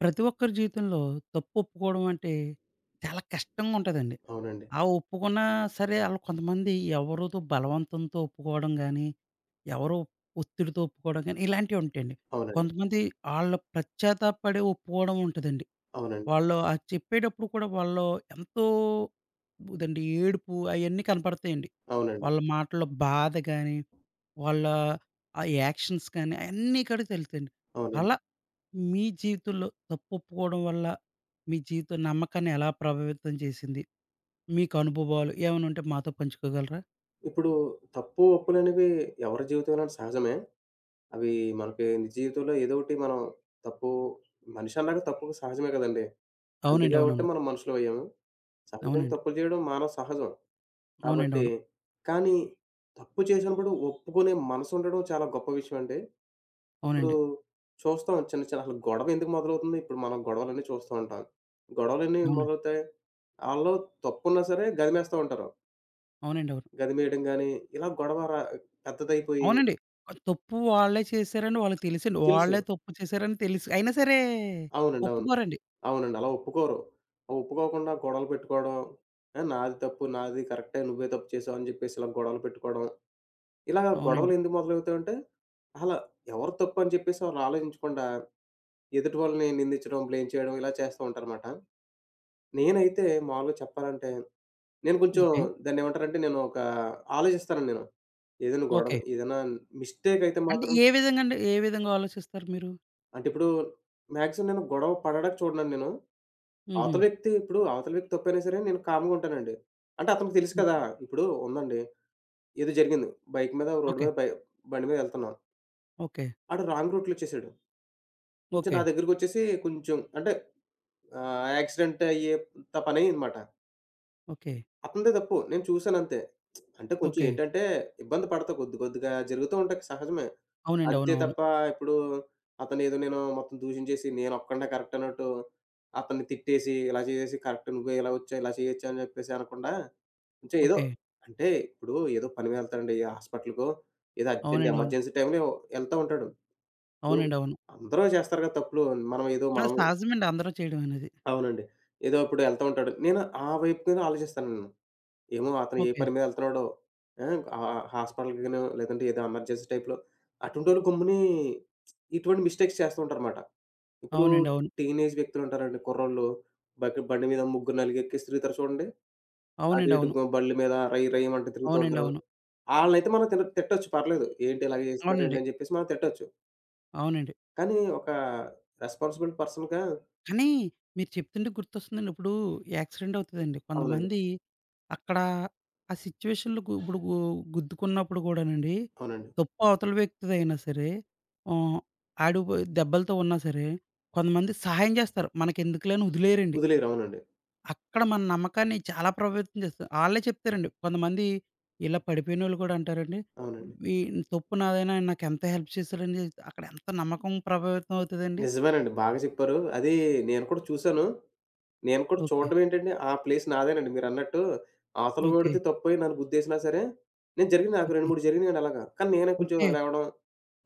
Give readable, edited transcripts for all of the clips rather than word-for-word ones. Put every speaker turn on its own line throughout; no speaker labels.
ప్రతి ఒక్కరి జీవితంలో తప్పు ఒప్పుకోవడం అంటే చాలా కష్టంగా ఉంటదండి.
అవునండి.
ఆ ఒప్పుకున్నా సరే ఆళ్ళు కొంతమంది ఎవరితో బలవంతంతో ఒప్పుకోవడం గానీ, ఎవరో ఒత్తిడితో ఒప్పుకోవడం గానీ ఇలాంటివి ఉంటాయండి.
అవునండి.
కొంతమంది ఆళ్ళ పశ్చాత్తాపపడి ఒప్పుకోవడం ఉంటదండి.
అవునండి.
వాళ్ళు అది చెప్పేటప్పుడు కూడా వాళ్ళు ఎంతో ఇదండి ఏడుపు అయన్నీ కనపడతాయండి.
అవునండి.
వాళ్ళ మాటల్లో బాధ గానీ, వాళ్ళ ఆ యాక్షన్స్ కానీ అయన్నీ కూడా తెలుస్తాయండి.
అవునండి.
అలా మీ జీవితంలో తప్పు ఒప్పుకోవడం వల్ల మీ జీవిత నమ్మకాన్ని ఎలా ప్రభావితం చేసింది? మీకు అనుభవాలు ఏమైనా ఉంటే మాతో పంచుకోగలరా?
ఇప్పుడు తప్పు, ఒప్పులనేవి ఎవరి జీవితంలోనైనా సహజమే. అవి మనకి నిజ జీవితంలో ఏదో ఒకటి మనం తప్పు మనిషి అన్నాక తప్పు సహజమే కదండీ! అంతే
అవునండి.
కాబట్టి
అవునవును.
మనం మనుషులమయ్యాము. సహజంగా
అవునండి.
తప్పులు చేయడం మానవ సహజం.
అవునండి.
కాబట్టి
అవును.
కానీ తప్పు చేసినప్పుడు ఒప్పుకునే మనసుండడం చాలా గొప్ప విషయం అండి. ఇప్పుడు
అవునండి.
చూస్తాం చిన్న, చిన్న అసలు గొడవ ఎందుకు మొదలవుతుంది? ఇప్పుడు మనం గొడవలన్నీ చూస్తూ ఉంటాం. గొడవలన్నీ
అవునండి.
మొదలవుతాయి. ఆళ్ళలో తప్పున్నా సరే గదిమేస్తా ఉంటారు.
అవునండి. అవును.
గదిమేయడం గాని, ఇలా గొడవ పెద్దదైపోయి
అవునండి. ఆ తప్పు వాళ్ళే చేశారని వాళ్ళకి తెలుసండి.
తెలుసు.
వాళ్ళే తప్పు చేశారని తెలుసు. అయినా సరే
అవునండి. అవును.
ఒప్పుకోరండి.
అవునండి. అలా ఒప్పుకోరు. ఆ ఒప్పుకోకుండా గొడవలు పెట్టుకోవడం, ఆ! నాది తప్పు, నాది కరెక్టే, నువ్వే తప్పు చేసావు అని చెప్పేసి ఇలా గొడవలు పెట్టుకోవడం. ఇలా
అవునండి.
గొడవలు ఎందుకు మొదలవుతాయంటే, అలా ఎవరు తప్పు అని చెప్పేసి వాళ్ళు ఆలోచించకుండా, ఎదుటి వాళ్ళని నిందించడం, బ్లేమ్ చేయడం ఇలా చేస్తూ ఉంటారనమాట. నేనైతే మామూలుగా చెప్పాలంటే, నేను కొంచెం
ఓకే.
దాన్నేమంటారంటే, నేను ఒక ఆలోచిస్తానండి నేను. ఏదైనా గొడవ
ఓకే.
ఏదైనా మిస్టేక్ అయితే
అంటే
మాత్రం
ఏ విధంగా అండి? ఏ విధంగా ఆలోచిస్తారు మీరు?
అంటే ఇప్పుడు మాక్సిమం నేను గొడవ పడడానికి చూడనండి నేను.
హుహు.
అవతల వ్యక్తి తప్పైనా సరే నేను కామ్‌గా ఉంటానండి. అంటే అతనికి తెలుసు కదా!
ఓకే.
ఇప్పుడు ఉందండి. ఏదో జరిగింది. బైక్ మీద రోడ్డు
ఓకే.
మీద బండి మీద ఎళ్తున్నాం.
ఓకే.
ఆడు రాంగ్ రూట్‌లో వచ్చేసాడు. కొంచెం
ఓకే.
నా దగ్గరికొచ్చేసి కొంచెం అంటే ఆహ్, యాక్సిడెంట్ అయ్యేంత పనయిందన్నమాట.
ఓకే.
అతనిదే తప్పు. నేను చూసానంతే. అంటే కొంచెం
ఓకే.
ఏంటంటే ఇబ్బంది పడతా కొద్ది కొద్దిగా జరుగుతూ ఉంటాయి సహజమే.
అవునండి.
అంతే
అవునవును.
తప్ప ఇప్పుడు అతనేదో నేను మొత్తం దూషించేసి నేనొక్కడినే కరెక్ట్ అన్నట్టు అతన్ని తిట్టేసి, ఇలా చేసేసి కరెక్ట్ నువ్వే ఇలా వచ్చావు, ఇలా చేయొచ్చావు అని చెప్పేసి అనకుండా కొంచెం ఏదో
ఓకే.
అంటే ఇప్పుడు ఏదో పని మీద వెళ్తాడండి ఏ హాస్పిటల్‌కో, ఏదో అర్జెంట్
అవునండి. అవును.
ఎమర్జెన్సీ టైమ్‌లో ఎళ్తా ఉంటాడు. ఇప్పుడు
అవునండి. అవును.
అందరూ చేస్తారు కదా తప్పులు.
ఆ!
మనం
సహజమండి అందరూ చేయడం అనేది.
అవునండి. ఏదో ఇప్పుడు ఎళ్తా ఉంటాడు. నేను ఆ వైపు మీద ఆలోచిస్తాను నేను. ఏమో అతను ఏ
ఓకే.
పని మీద ఎళ్తున్నాడో, ఆహ్, ఆ హాస్పిటల్‌కి గానో, లేదంటే ఏదో ఎమర్జెన్సీ టైప్‌లో అటుంటోళ్ళు గమ్ముని ఇటువంటి మిస్టేక్స్ చేస్తూ ఉంటారన్నమాట. ఇప్పుడు
అవునండి. అవును.
టీనేజ్ వ్యక్తులుంటారండి కుర్రోళ్ళు. బండి మీద ముగ్గురు, నలుగురు ఎక్కేసి తిరుగుతారు చూడండి. అటు
అవునండి.
ఇటు
అవును.
గ బళ్ళు మీద రయ్ రయ్ మంటూ తిరుగుతూ
అవునండి.
ఉంటారు.
అవును.
ఆళ్ళనైతే మనం తిట్టొచ్చు పర్లేదు. ఏంటి ఇలాగ చేస్తున్నారు ఏంటి
అవునండి.
అని చెప్పేసి మనం తిట్టొచ్చు.
అవునండి.
కానీ ఒక రెస్పాన్సిబుల్ పర్సన్‌గా
కానీ మీరు చెప్తుంటే గుర్తొస్తుందండి. ఇప్పుడు యాక్సిడెంట్ అవుతదండి.
అవునండి.
కొంతమంది అక్కడ ఆ సిట్యుయేషన్‌లో గు ఇప్పుడు గు గుద్దుకున్నప్పుడు గూడానండి,
అవునండి.
తప్పు అవతల వ్యక్తిదైనా సరే ఆహ్, ఆడు దెబ్బలతో ఉన్నా సరే కొంతమంది సహాయం జేస్తారు. మనకెందుకులే అని వదిలేయరండి.
వదిలేయరు. అవునండి.
అక్కడ మన నమ్మకాన్ని చాలా ప్రభావితం చేస్తుంది. ఆళ్ళే చెప్తారండి. కొంతమంది ఇలా పడిపోయినోళ్ళు కూడా అంటారండి.
అవునండి.
"ఈ తప్పు నాదైనా ఆయన నాకెంత హెల్ప్ చేశాడండి." అక్కడ ఎంత నమ్మకం ప్రభావితం అవుతదండి.
నిజమేనండి. బాగా చెప్పారు. అది నేను కూడా చూసాను. నేను కూడా
ఓకే.
చూడడం ఏంటండి, ఆ ప్లేస్ నాదేనండి మీరన్నట్టు. అవతల
ఓకే.
వాడిది తప్పయి నన్ను గుద్దేసినా సరే, నేను జరిగింది నాకు 2,
ఓకే.
3 జరిగినాయండి అలాగా. కానీ నేనే కొంచెం
ఓకే.
లేవడం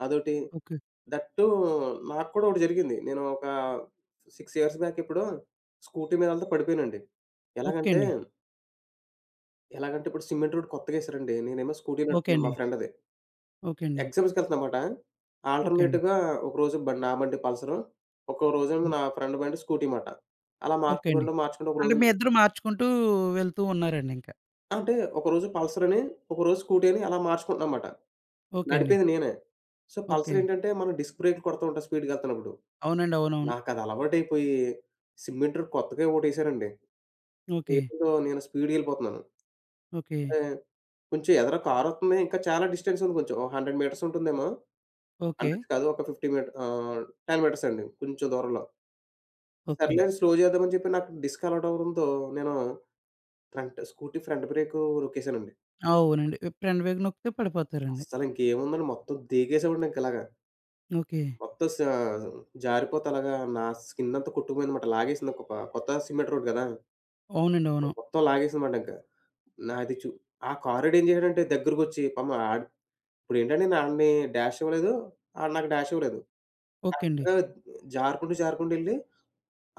అదోటి.
ఓకే.
దట్ టూ నాకు కూడా ఒకటి జరిగింది. నేను ఒక 6 ఇయర్స్ బ్యాక్ ఎప్పుడో స్కూటీ మీద ఎళ్తా పడిపోయానండి.
ఓకే
ఎలాగంటే,
అండి.
ఎలాగంటే ఇప్పుడు సిమెంట్ రోడ్ కొత్తగా ఏసారండి. నేనేమో స్కూటీ
ఓకే
నడుపుతున్నా మా
అండి.
ఫ్రెండ్‌ది.
ఓకే అండి.
ఎగ్జామ్స్‌కెళ్తన్నామాట.
ఓకే అండి.
ఆల్టర్‌నేట్‌గా ఒకరోజు బండి నా బండి పల్సరు. ఒక్కో రోజేమో
హ్మ్.
నా ఫ్రెండ్ బండి స్కూటీ మాట. అలా
ఓకే అండి.
మార్చుకుంటూ, మార్చుకుంటూ
అంటే
ఒకరోజు
మీ ఇద్దరు మార్చుకుంటూ వెళ్తూ ఉన్నారండి ఇంక.
అంటే ఒకరోజు పల్సర్ అని, ఒకరోజు స్కూటీ అని అలా మార్చుకుంటున్నా మాట.
ఓకే అండి.
నడిపేది నేనే. So,
okay.
పల్సర్ ఏంటంటే మనం డిస్క్ బ్రేక్‌లు కొడతా ఉంటాం స్పీడ్‌గెళ్తున్నప్పుడు.
అవునండి. అవునవును.
నాకది అలవాటైపోయి సిమ్మెంట్ రోడ్ కొత్తగా ఒకటేసారండి.
ఓకే.
ఏంటో నేను స్పీడ్‌గెళ్ళిపోతున్నాను.
ఓకే.
అంటే కొంచెం ఎదర కారొత్తుంది. ఇంకా చాలా డిస్టెన్స్ ఉంది కొంచెం. ఓ 100 మీటర్స్ ఉంటుందేమో.
ఓకే.
హండ్రెడ్స్ కాదు ఒక 50 మీట ఆహ్, 10 మీటర్స్ అండి కొంచెం దూరంలో.
ఓకే
సర్లే
అండి.
అని స్లో చేద్దామని చెప్పి నాకు డిస్క్ అలవాటు అవ్వడంతో నేను ఫ్రంట్ బ్రేకు నొక్కేసానండి.
అవునండి. ఫ్రంట్ బ్రేక్ నొక్కితే పడిపోతారండి.
అస్సలు ఇంకేముందండి మొత్తం దేకేసామండి ఇంక ఇలాగ.
ఓకే.
మొత్తం జారిపోతే అలాగా నా స్కిన్నంతా కొట్టుకుపోయిందన్నమాట. లాగేసింది ఒక ప కొత్త సిమెంట్ రోడ్ గదా!
అవునండి. అవును.
మొత్తం లాగేసిందన్నమాట ఇంక. నాది చు ఆ కారోడు ఏం చేసాడంటే దగ్గరకొచ్చి పాపం ఆడు ఇప్పుడేంటంటే నేను ఆడిని డాష్ ఇవ్వలేదు. ఆడు నాకు డాష్ ఇవ్వలేదు.
ఓకే అండి.
కరెక్ట్‌గా జారుకుంటూ, జారుకుంటూ ఎళ్లి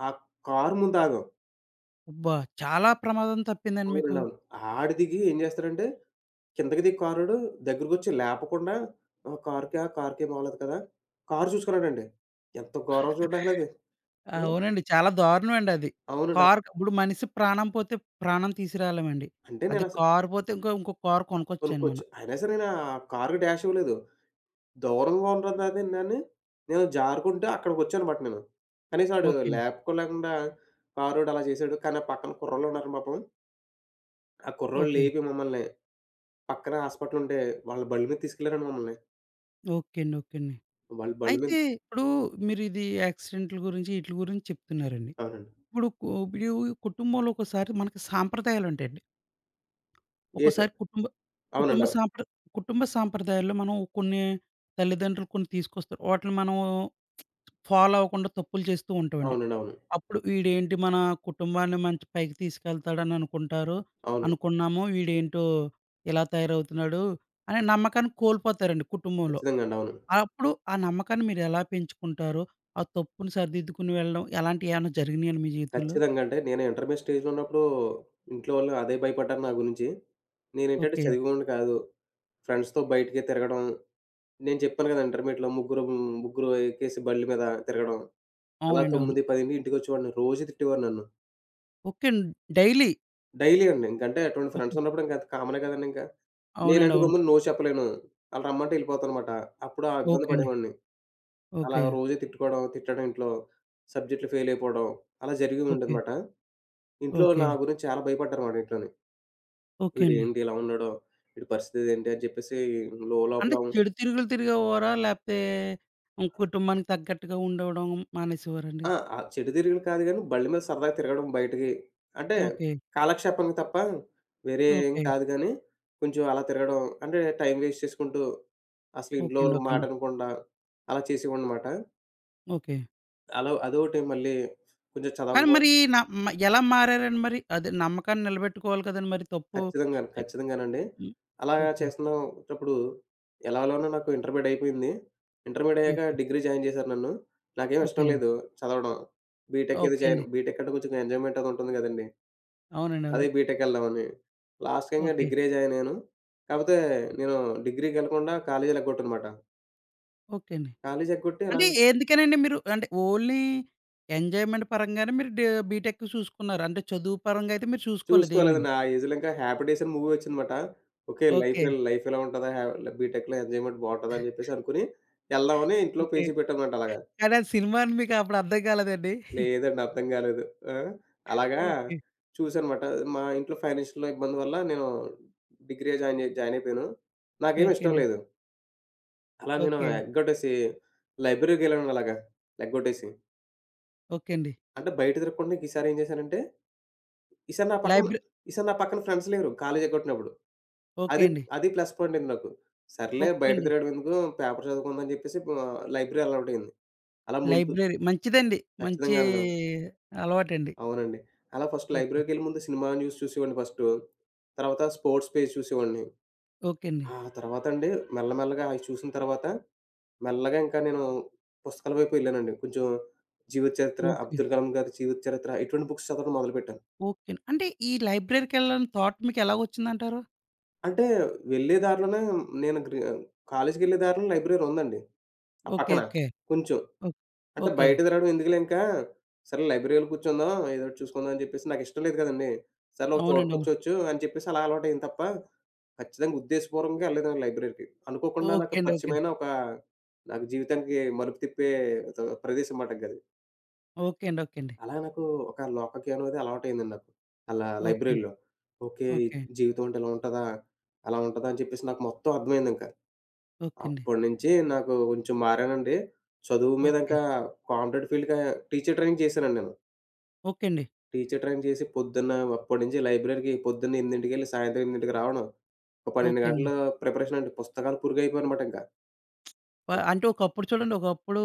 ఆ కారు ముందాగాం.
అబ్బా! చాలా ప్రమాదం తప్పిందండి మీకు.
అవునండి. అవును. ఆడు దిగి ఏం చేస్తాడంటే కిందకి దిగి కారోడు దగ్గరకొచ్చి లేపకుండా ఆహ్, "కారుకా? కారుకేం అవ్వలేదు కదా?" కారు చూసుకున్నాడండి. ఎంత ఘోరం చూడండి అసలది. హ్మ్.
అవునండి. చాలా దారుణమండి అది.
అవునండి.
కారు ఇప్పుడు మనిషి ప్రాణం పోతే ప్రాణం తీసుకురాలేమండి.
అంటే
అది
నేనస
కారు పోతే ఇంకో ఇంకో కారు కొనుక్కొచ్చండి
కొనుక్కోవచ్చు.
మనం.
అయినా సరే నేను ఆ కారుకి డాష్ ఇవ్వలేదు. దూరంగా ఉన్నదని నేను జారుకుంటూ అక్కడికొచ్చానమాట నేను. కనీసం ఆడు
ఓకే అండి.
లేపుకోలేకుండా కారోడు అలా చేసాడు. కానీ ఆ పక్కన కుర్రోళ్ళున్నారు పాపం. ఆ కుర్రోళ్ళు
ఓకే.
లేపి మమ్మల్ని పక్కన హాస్పిటల్ ఉంటే వాళ్ళ బళ్ళు మీద తీసుకెళ్లారండి మమ్మల్ని.
ఓకే అండి. ఓకే అండి.
వాళ్ళ బళ్ళు మీద
అయితే ఇప్పుడు మీరు ఇది యాక్సిడెంట్‌ల గురించి ఈట్లి గురించి చెప్తున్నారండి.
అవునండి.
ఇప్పుడు కుటుంబంలో ఒక్కోసారి మనకి సాంప్రదాయాలుంటాయండి.
ఏసారు.
ఒక్కోసారి కుటుంబ కుటుంబ
అవునండి. అవును.
సాంప్ర కుటుంబ సాంప్రదాయాల్లో మనం కొన్ని తల్లిదండ్రులు కొన్ని తీసుకొస్తారు. వాటిని మనం ఫాలో అవ్వకుండా తప్పులు చేస్తూ ఉంటామండి.
అవునండి. అవును.
అప్పుడు వీడేంటి మన కుటుంబాన్ని మంచి పైకి తీసుకెళ్తాడని అనుకుంటారు.
అవును.
అనుకున్నాము. వీడేంటో ఇలా తయారవుతున్నాడు అనే నమ్మకాన్ని కోల్పోతారండి కుటుంబంలో.
ఖచ్చితంగా అండి. అవును.
అప్పుడు ఆ నమ్మకాన్ని మీరెలా పెంచుకుంటారు? ఆ తప్పుని సరిదిద్దుకుని వెళ్ళడం ఎలాంటివి ఏమైనా జరిగినాయండి మీ జీవితంలో?
ఖచ్చితంగా అంటే నేను ఇంటర్మీడియేట్ స్టేజ్‌లో ఉన్నప్పుడు ఇంట్లో వాళ్ళు అదే భయపడ్డారు నా గురించి. నేనేంటంటే
ఓకే.
చదివేవాడిని కాదు. ఫ్రెండ్స్‌తో బయటికి తిరగడం నేను చెప్పాను గదా! ఇంటర్మీడియేట్‌లో ముగ్గురు ఎక్కేసి బండ్ల మీద తిరగడం. అలా
అవునండి. అవును.
9, 10కి ఇంటికొచ్చేవాడిని. రోజు తిట్టేవారు నన్ను.
ఓకే అండి. డైలీ.
డైలీ అండి. ఇంకంటే అటువంటి ఫ్రెండ్స్
ఓకే.
ఉన్నప్పుడు ఇంక అది కామనే కదండీ ఇంక.
అవునండి.
నేనంటే
అవును.
గమ్మున నో చెప్పలేను. ఆళ్ళు రమ్మంటే ఎళ్ళిపోతానమాట. అప్పుడు ఆ ఇబ్బంది
ఓకే అండి.
పడేవాడిని. అలా
ఓకే.
రోజు తిట్టుకోవడం, తిట్టడం ఇంట్లో. సబ్జెక్ట్‌లు ఫెయిల్ అయిపోవడం. అలా జరిగి
ఓకే.
ఉండేదమాట. ఇంట్లో
ఓకే.
నా గురించి చాలా భయపడ్డారుమాట ఇంట్లోని.
ఓకే అండి.
"వీడేంటి ఇలా ఉన్నాడు? వీడి పరిస్థితి ఏంటి?" అని చెప్పేసి
అంటే
లోపల
చెడు తిరుగులు తిరిగేవారా? లేపోతే హ్మ్, కుటుంబానికి తగ్గట్టుగా ఉండవడం మానేసేవారండి?
ఆ! ఆ చెడు తిరుగులు కాదు గానీ, బండి మీద సరదాగా తిరగడం బయటికి. అంటే
ఓకే.
కాలక్షేపానికి తప్ప వేరే ఏం
ఓకే.
కాదు గానీ, కొంచెం అలా తిరగడం అంటే టైం వేస్ట్ చేసుకుంటూ, అసలు ఇంట్లో
ఓకే అండి.
వాళ్ళ
ఓకే
మాట
అండి.
వినకుండా అలా చేసేవాడినమాట.
ఓకే.
అలా అదొకటి మళ్ళీ కొంచెం
కానీ
చదవకపో
మరి న మ ఎలా మారారండి మరి? అదే నమ్మకాన్ని నిలబెట్టుకోవాలి కదండీ మరి తప్పు
ఖచ్చితంగాను,
ఎప్
ఖచ్చితంగానండి.
హ్మ్.
అలా
ఓకే.
చేస్తున్నప్పుడు ఎలాలోనో నాకు ఇంటర్మీడియేట్ అయిపోయింది. ఇంటర్మీడియేట్ అయ్యాక
ఓకే.
డిగ్రీ జాయిన్ చేశారు నన్ను. నాకేం
ఓకే
ఇష్టం
అండి.
లేదు చదవడం. బీటెక్ ఏదో
ఓకే
జాయిన్
అండి.
బీటెక్ అంటే కొంచెం ఎంజాయ్‌మెంట్ అది ఉంటుంది గదండీ!
అవునండి.
అదే
అవును.
బీటెక్ ఎళ్దామని. లాస్ట్‌కి ఇంక
ఓకే.
డిగ్రీ జాయిన్ అయ్యాను. కాపోతే నేను డిగ్రీకెళ్ళకుండా కాలేజీలు ఎగ్గొట్టానమాట.
ఓకే అండి.
కాలేజీ ఎగ్గొట్టి అలా
అంటే ఎందుకనండి మీరు అంటే ఓన్లీ ఎంజాయ్‌మెంట్ పరంగానే మీరు బీటెక్ చూసుకున్నారు. అంటే చదువు పరంగా అయితే మీరు చూసుకోలేదు ఏమీని.
చూసుకోలేదండి. ఆ ఏజ్‌లో ఇంకా 'హ్యాపీ డేస్' అని మూవీ వచ్చిందమాట. ఓకే.
ఓకే.
లైఫ్ ఇలా ఉంటదా? బీటెక్‌లో ఎంజాయ్‌మెంట్ బావుంటదా? అని చెప్పేసి అనుకుని ఎళ్దామని ఇంట్లో
ఓకే.
పేచీ పెట్టానమాట అలాగా.
కానీ అది సినిమా అని మీకు అప్పుడు అర్థం కాలేదండి?
లేదండి అర్థం కాలేదు. ఆ! అలాగా
ఓకే.
చూసానమాట. మా ఇంట్లో ఫైనాన్షియల్ ఇబ్బంది వల్ల నేను డిగ్రీ జాయిన్ అయి జాయిన్ అయిపోయాను. నాకేమి
ఓకే
ఇష్టం
అండి.
లేదు. అలా నేను
ఓకే.
ఎగ్గొట్టేసి లైబ్రరీకెళ్ళానండి అలాగా ఎగ్గొట్టేసి.
ఓకే అండి.
అంటే బయట తిరగకుండా ఈసారి ఏం చేశానంటే, ఈసారి నా పక్కన
లైబ్ర
ఈసారి నా పక్కన ఫ్రెండ్స్ లేరు కాలేజీ ఎగ్గొట్టినప్పుడు.
ఓకే
అది
అండి.
అది ప్లస్ పాయింట్ అయింది నాకు. సర్లే
ఓకే
బయట
అండి.
తిరగడం ఎందుకు పేపర్ చదువుకుందాం అని చెప్పేసి ఆహ్, లైబ్రరీ అలవాటు అయింది. అలా ముందు
లైబ్రరీ మంచిదండి. మంచి
ఖచ్చితంగాను.
అలవాటండి.
అవునండి. అలా ఫస్ట్
ఓకే.
లైబ్రరీకెళ్ళి ముందు సినిమా న్యూస్ చూసేవాడిని ఫస్టు. తర్వాత స్పోర్ట్స్ పేజ్ చూసేవాడిని.
ఓకే అండి.
ఆ తర్వాత అండి మెల్లమెల్లగా అయి చూసిన తర్వాత, మెల్లగా ఇంకా నేను పుస్తకాల వైపు వెళ్ళానండి. కొంచెం జీవిత చరిత్ర,
ఓకే.
అబ్దుల్ కలాం గారి జీవిత చరిత్ర ఇటువంటి బుక్స్ చదవడం మొదలుపెట్టాను.
ఓకే. అంటే ఈ లైబ్రరీకెళ్ళాలని థాట్ మీకు ఎలాగొచ్చిందంటారు?
అంటే వెళ్ళే దారిలోనే నేను కాలేజికెళ్ళే దారిలో లైబ్రరీ ఉందండి. ఆ
ఓకే.
పక్కన
ఓకే.
కొంచెం.
ఓ
అంటే
ఓకే.
బయట తిరగడం ఎందుకులే ఇంకా, సరే లైబ్రరీలో కూర్చుందాం, ఏదో ఒకటి చూసుకుందాం అని చెప్పేసి నాకిష్టం లేదు కదండీ. సర్లే ఒక చోట
అవునండి. అవును.
కూర్చోవచ్చు అని చెప్పేసి అలా అలవాటయింది తప్ప, ఖచ్చితంగా ఉద్దేశపూర్వకంగా వెళ్ళలేదండి లైబ్రరీకి. అనుకోకుండా నాకు
ఓకే అండి. ఓకే అండి.
పరిచయమైన ఒక నాకు జీవితానికి మలుపు తిప్పే ఒక ప్రదేశం మాట ఇంకది.
ఓకే అండి.
అలా నాకు ఒక లోకజ్ఞానం అనేది అలవాటయిందండి నాకు. అలా
ఓకే అండి.
లైబ్రరీలో. ఓకే.
ఓకే అండి.
జీవితం అంటే ఇలా ఉంటదా? అలా ఉంటదా? అని చెప్పేసి నాకు మొత్తం అర్థమైందింక.
ఓకే. ఓకే అండి.
అప్పటినుంచి నాకు కొంచెం మారానండి. చదువు మీద
ఓకే.
ఇంకా కాంపిటేటివ్ ఫీల్డ్‌గా టీచర్ ట్రైనింగ్ చేశానండి నేను.
ఓకే అండి.
టీచర్ ట్రైనింగ్ చేసి పొద్దున్న అప్పటినుంచి లైబ్రరీకి పొద్దున్న 8కి సాయంత్రం 8కి రావడం. ఒక 12
ఓకే అండి.
గంటలు ప్రిపరేషన్ అండి. పుస్తకాలు పురుగయిపోయాననమాట ఇంకా.
ప అంటే ఒకప్పుడు చూడండి, ఒకప్పుడు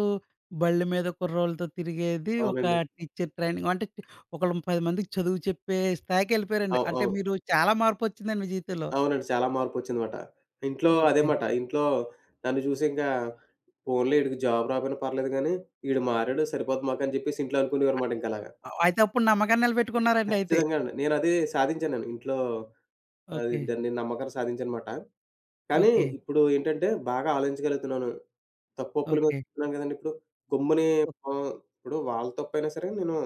బళ్ళ మీద కుర్రోళ్ళతో తిరిగేది ఒక
అవునండి.
టీచర్ ట్రైనింగ్ అంటే ఒకళ్ళు 10 మందికి చదువు చెప్పే స్థాయికెళ్ళిపోయారండి.
అవు
అంటే
అవు.
మీరు చాలా మార్పొచ్చిందండి మీ జీవితంలో.
అవునండి. చాలా మార్పొచ్చిందమాట. ఇంట్లో అదే
ఓకే.
మాట. ఇంట్లో నన్ను చూసి ఇంకా పోన్లే ఈడికి జాబ్ రాపోయినా పర్లేదు గానీ, ఈడు మారాడు సరిపోద్ది మాకు అని చెప్పేసి ఇంట్లో అనుకునేవారమాట ఇంకలాగా.
ఆహ్, అయితే అప్పుడు నమ్మకాన్ని నిలబెట్టుకున్నారండి అయితే.
ఖచ్చితంగా అండి. నేనది సాధించాను నేను. ఇంట్లో అది
ఓకే.
దాన్ని నేను నమ్మకాన్ని సాధించానుమాట. కానీ
ఓకే.
ఇప్పుడు ఏంటంటే బాగా ఆలోచించగలుగుతున్నాను. తప్పు ఒప్పుల మీద
ఓకే.
చెప్తున్నాను గదండీ ఇప్పుడు. గమ్ముని
ఓ
ఆహ్, ఇప్పుడు వాళ్ళ తప్పైనా సరే నేను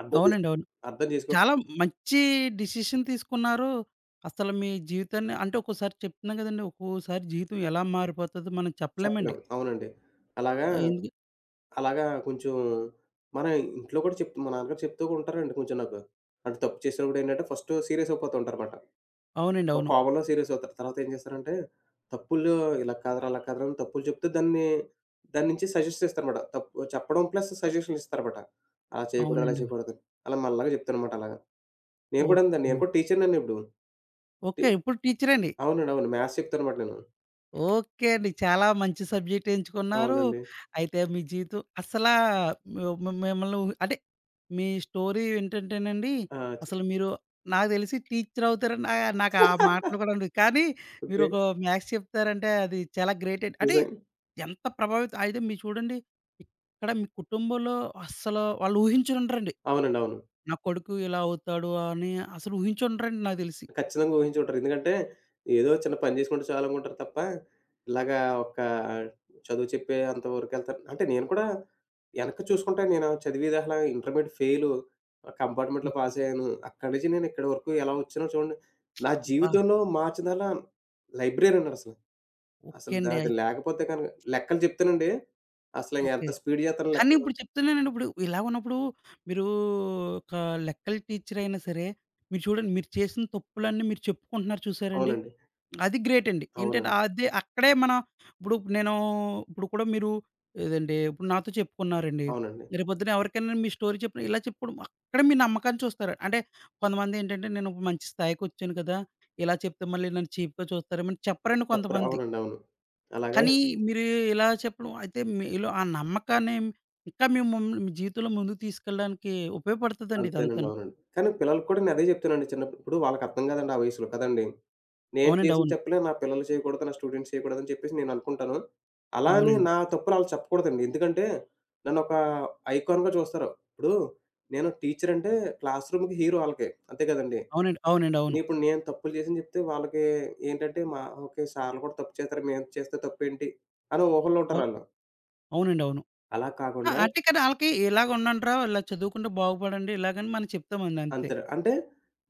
అర్థం జేసు
అవునండి. అవును.
అర్థం జేసుకో
చాలా మంచి డెసిషన్ తీసుకున్నారు. అసలు మీ జీవితాన్ని అంటే ఒక్కోసారి చెప్తున్నాను కదండీ! ఒక్కోసారి జీవితం ఎలా మారిపోతదో మనం చెప్పలేమండి.
చెప్పలేము. అవునండి. అలాగా
ఎందుకు
అలాగా కొంచెం మన ఇంట్లో కూడా చెప్తూ మా నాన్నగారు చెప్తూ కూడా ఉంటారండి కొంచెం నాకు. అంటే తప్పు చేసినప్పుడు ఏంటంటే ఫస్టు సీరియస్ అయిపోతూ ఉంటారన్నమాట.
అవునండి.
ఒక
అవును.
కోపంలో సీరియస్ అవుతారు. తర్వాత ఏం చేస్తారంటే తప్పులు ఇలా కాదురా, అలా కాదురా అని తప్పులు చెప్తే దాన్ని దాని నుంచి సజెషన్స్ ఇస్తారన్నమాట. తప్పు చెప్పడం ప్లస్ సజెషన్‌లు ఇస్తారన్నమాట. అలా చేయకూడదు, అలా
అవునండి. అవును.
చేయకూడదని. అలా మెల్లగా చెప్తానన్నమాట అలాగా. నేను కూడా
ఓకే
అంతే నేను
అండి.
కూడా టీచర్‌నండి ఇప్పుడు. టి
ఓకే. ఇప్పుడు టీచరే అండి.
అవునండి. అవును. మ్యాథ్స్ చెప్తానన్నమాట నేను.
ఓకే అండి. చాలా మంచి సబ్జెక్ట్ ఎంచుకున్నారు.
అవునండి.
అయితే మీ జీవితం అస్సలా మిమ్మల్ని ఊహి అంటే మీ స్టోరీ ఏంటంటేనండి,
ఆ!
అసలు మీరు నాకు తెలిసి టీచర్ అవుతారని నాకు ఆ మాటలు కూడా ఉండవు. కానీ మీరు
ఓకే.
ఒక మ్యాథ్స్ చెప్తారంటే అది చాలా గ్రేట్ అండి. అంటే
నిజంగా.
ఎంత ప్రభావితం అయితే మీరు చూడండి ఇక్కడ మీ కుటుంబంలో అస్సలు వాళ్ళు ఊహించనుండరండి.
అవునండి. అవును.
నా కొడుకు ఇలా అవుతాడు అని అసలు ఊహించుండరండి నాకు తెలిసి.
ఖచ్చితంగా ఊహించి ఉంటారు. ఎందుకంటే, ఏదో చిన్న పని చేసుకుంటే చాలనుకుంటారు తప్ప, ఇలాగా ఒక చదువు చెప్పే అంత వరకెళ్తారు. అంటే నేను కూడా వెనక్కి చూసుకుంటే నేను చదివేది అసల ఇంటర్మీడియేట్ ఫెయిలు. కంపార్ట్మెంట్‌లో
ఓకే.
పాస్ అయ్యాను. అక్కడి నుంచి నేను ఇక్కడి వరకు ఎలా వచ్చానో చూడండి. నా
అబ్బా!
జీవితంలో మార్చిందల్లా లైబ్రరీయనసల. అసలు
ఓకే అండి.
అది
అయితే
లేకపోతే కనుక లెక్కలు చెప్తానండి. అసలు ఇంక
ఓకే.
ఎంత స్పీడ్ చేత్తానో
కానీ
లెక్కలు.
ఇప్పుడు చెప్తున్నానండి ఇప్పుడు ఇలా ఉన్నప్పుడు మీరు ఒక లెక్కల టీచర్ అయినా సరే, మీరు చూడండి మీరు చేసిన తప్పులన్నీ మీరు చెప్పుకుంటున్నారు చూసారండి.
అవునండి.
అది గ్రేట్ అండి. ఏంటంటే
అవునండి.
అదే అక్కడే మనం ఇప్పుడు నేను ఇప్పుడు కూడా మీరు ఏదండి ఇప్పుడు నాతో చెప్పుకున్నారండి.
అవునండి.
రేపొద్దున ఎవరికైనా మీ స్టోరీ చెప్పిన ఇలా చెప్పుకోవడం అక్కడే మీ నమ్మకాన్ని చూస్తారు. అంటే కొంతమంది ఏంటంటే నేను ఒక మంచి స్థాయికొచ్చాను కదా! ఇలా చెప్తే మళ్ళీ నన్ను చీప్‌గా చూస్తారేమో అని చెప్పరండి
చెప్పరు.
కొంతమంది.
అవునండి. అవును. అలాగా
కానీ మీరు ఇలా చెప్పడం అయితే మీలో ఆ నమ్మకాన్ని ఇంకా మేము మమ్- మీ జీవితంలో ముందుకు తీసుకెళ్ళడానికి ఉపయోగపడుతుందండి
అంతేనండి.
ఇదంతాను.
అవునండి. కానీ పిల్లలకి కూడా నేను అదే చెప్తానండి చిన్నప్పుడు. ఇప్పుడు వాళ్ళకి అర్థం కాదండి ఆ వయసులో కదండీ! నేను
అవునండి
చేసింది
అవును.
తప్పులే నా పిల్లలు చేయకూడదు, నా స్టూడెంట్స్ చేయకూడదని చెప్పేసి నేను అనుకుంటాను. అలా అని
అవునండి.
నా తప్పులు ఆళ్ళకి చెప్పకూడదండి. ఎందుకంటే నన్నొక ఐకాన్‌గా చూస్తారు. ఇప్పుడు నేను టీచర్ అంటే క్లాస్ రూమ్‌కి హీరో ఆళ్ళకి. అంతే కదండీ!
అవునండి. అవునండి అవును.
ఇప్పుడు నేను తప్పులు చేశానని చెప్తే వాళ్ళకి ఏంటంటే మా ఓకే. సార్లు కూడా తప్పు చేస్తారు. మేము చేస్తే తప్పేంటి అని ఊహల్లో
అవును.
ఉంటారాళ్ళు.
అవునండి అవును.
అలా
ఆ!
కాకుండా
అంటే కదా ఆళ్ళకి ఇలాగ ఉండండిరా! ఇలా చదువుకుంటే బాగుపడండి ఇలాగని మనం చెప్తామండి అంతే.
అంతే. అంటే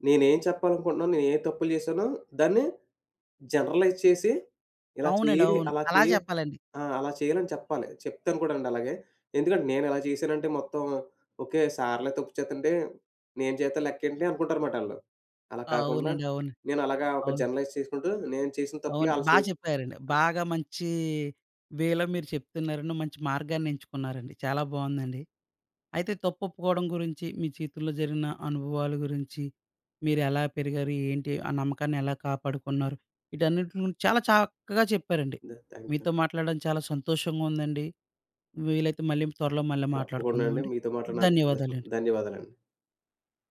నేనేం చెప్పాలనుకుంటున్నానో, నేను ఏ తప్పులు చేశానో దాన్ని జనరలైజ్ చేసి ఇలా
అవునండి
చేయాలి,
అవును.
అలా
అలా
చేయ
చెప్పాలండి.
ఆ! అలా చేయాలని చెప్పాలి. చెప్తాను కూడానండి అలాగే. ఎందుకంటే నేనిలా చేశానంటే మొత్తం ఓకే. సార్‌లే తప్పు చేత్తంటే నేను చేత్తే లెక్కేంటి అనుకుంటారుమాట ఆళ్ళు. అలా కాకుండా
అవునండి అవును.
నేనలాగా ఒక
అవును.
జనరలైజ్ చేసుకుంటూ నేను చేసిన తప్పులే
అవును.
ఆళ్ళు
బా
చేయ
చెప్పారండి. బాగా మంచి వేలో మీరు చెప్తున్నారండి. మంచి మార్గాన్ని ఎంచుకున్నారండి. చాలా బావుందండి. అయితే తప్పొప్పుకోవడం గురించి, మీ జీవితంలో జరిగిన అనుభవాల గురించి, మీరెలా పెరిగారు, ఏంటి, ఆ నమ్మకాన్ని ఎలా కాపాడుకున్నారు, వీటన్నిటి గురించి చాలా చక్కగా చెప్పారండి.
థాంక్యూ
మీతో
అండి.
మాట్లాడడం చాలా సంతోషంగా ఉందండి. వీలైతే మళ్ళీ త్వరలో మళ్ళీ
తప్పకుండా అండి.
మాట్లాడుకుందామండి.
మీతో మాట్లాడి నాకు సంతోషం.
ధన్యవాదాలండి.
ధన్యవాదాలండి.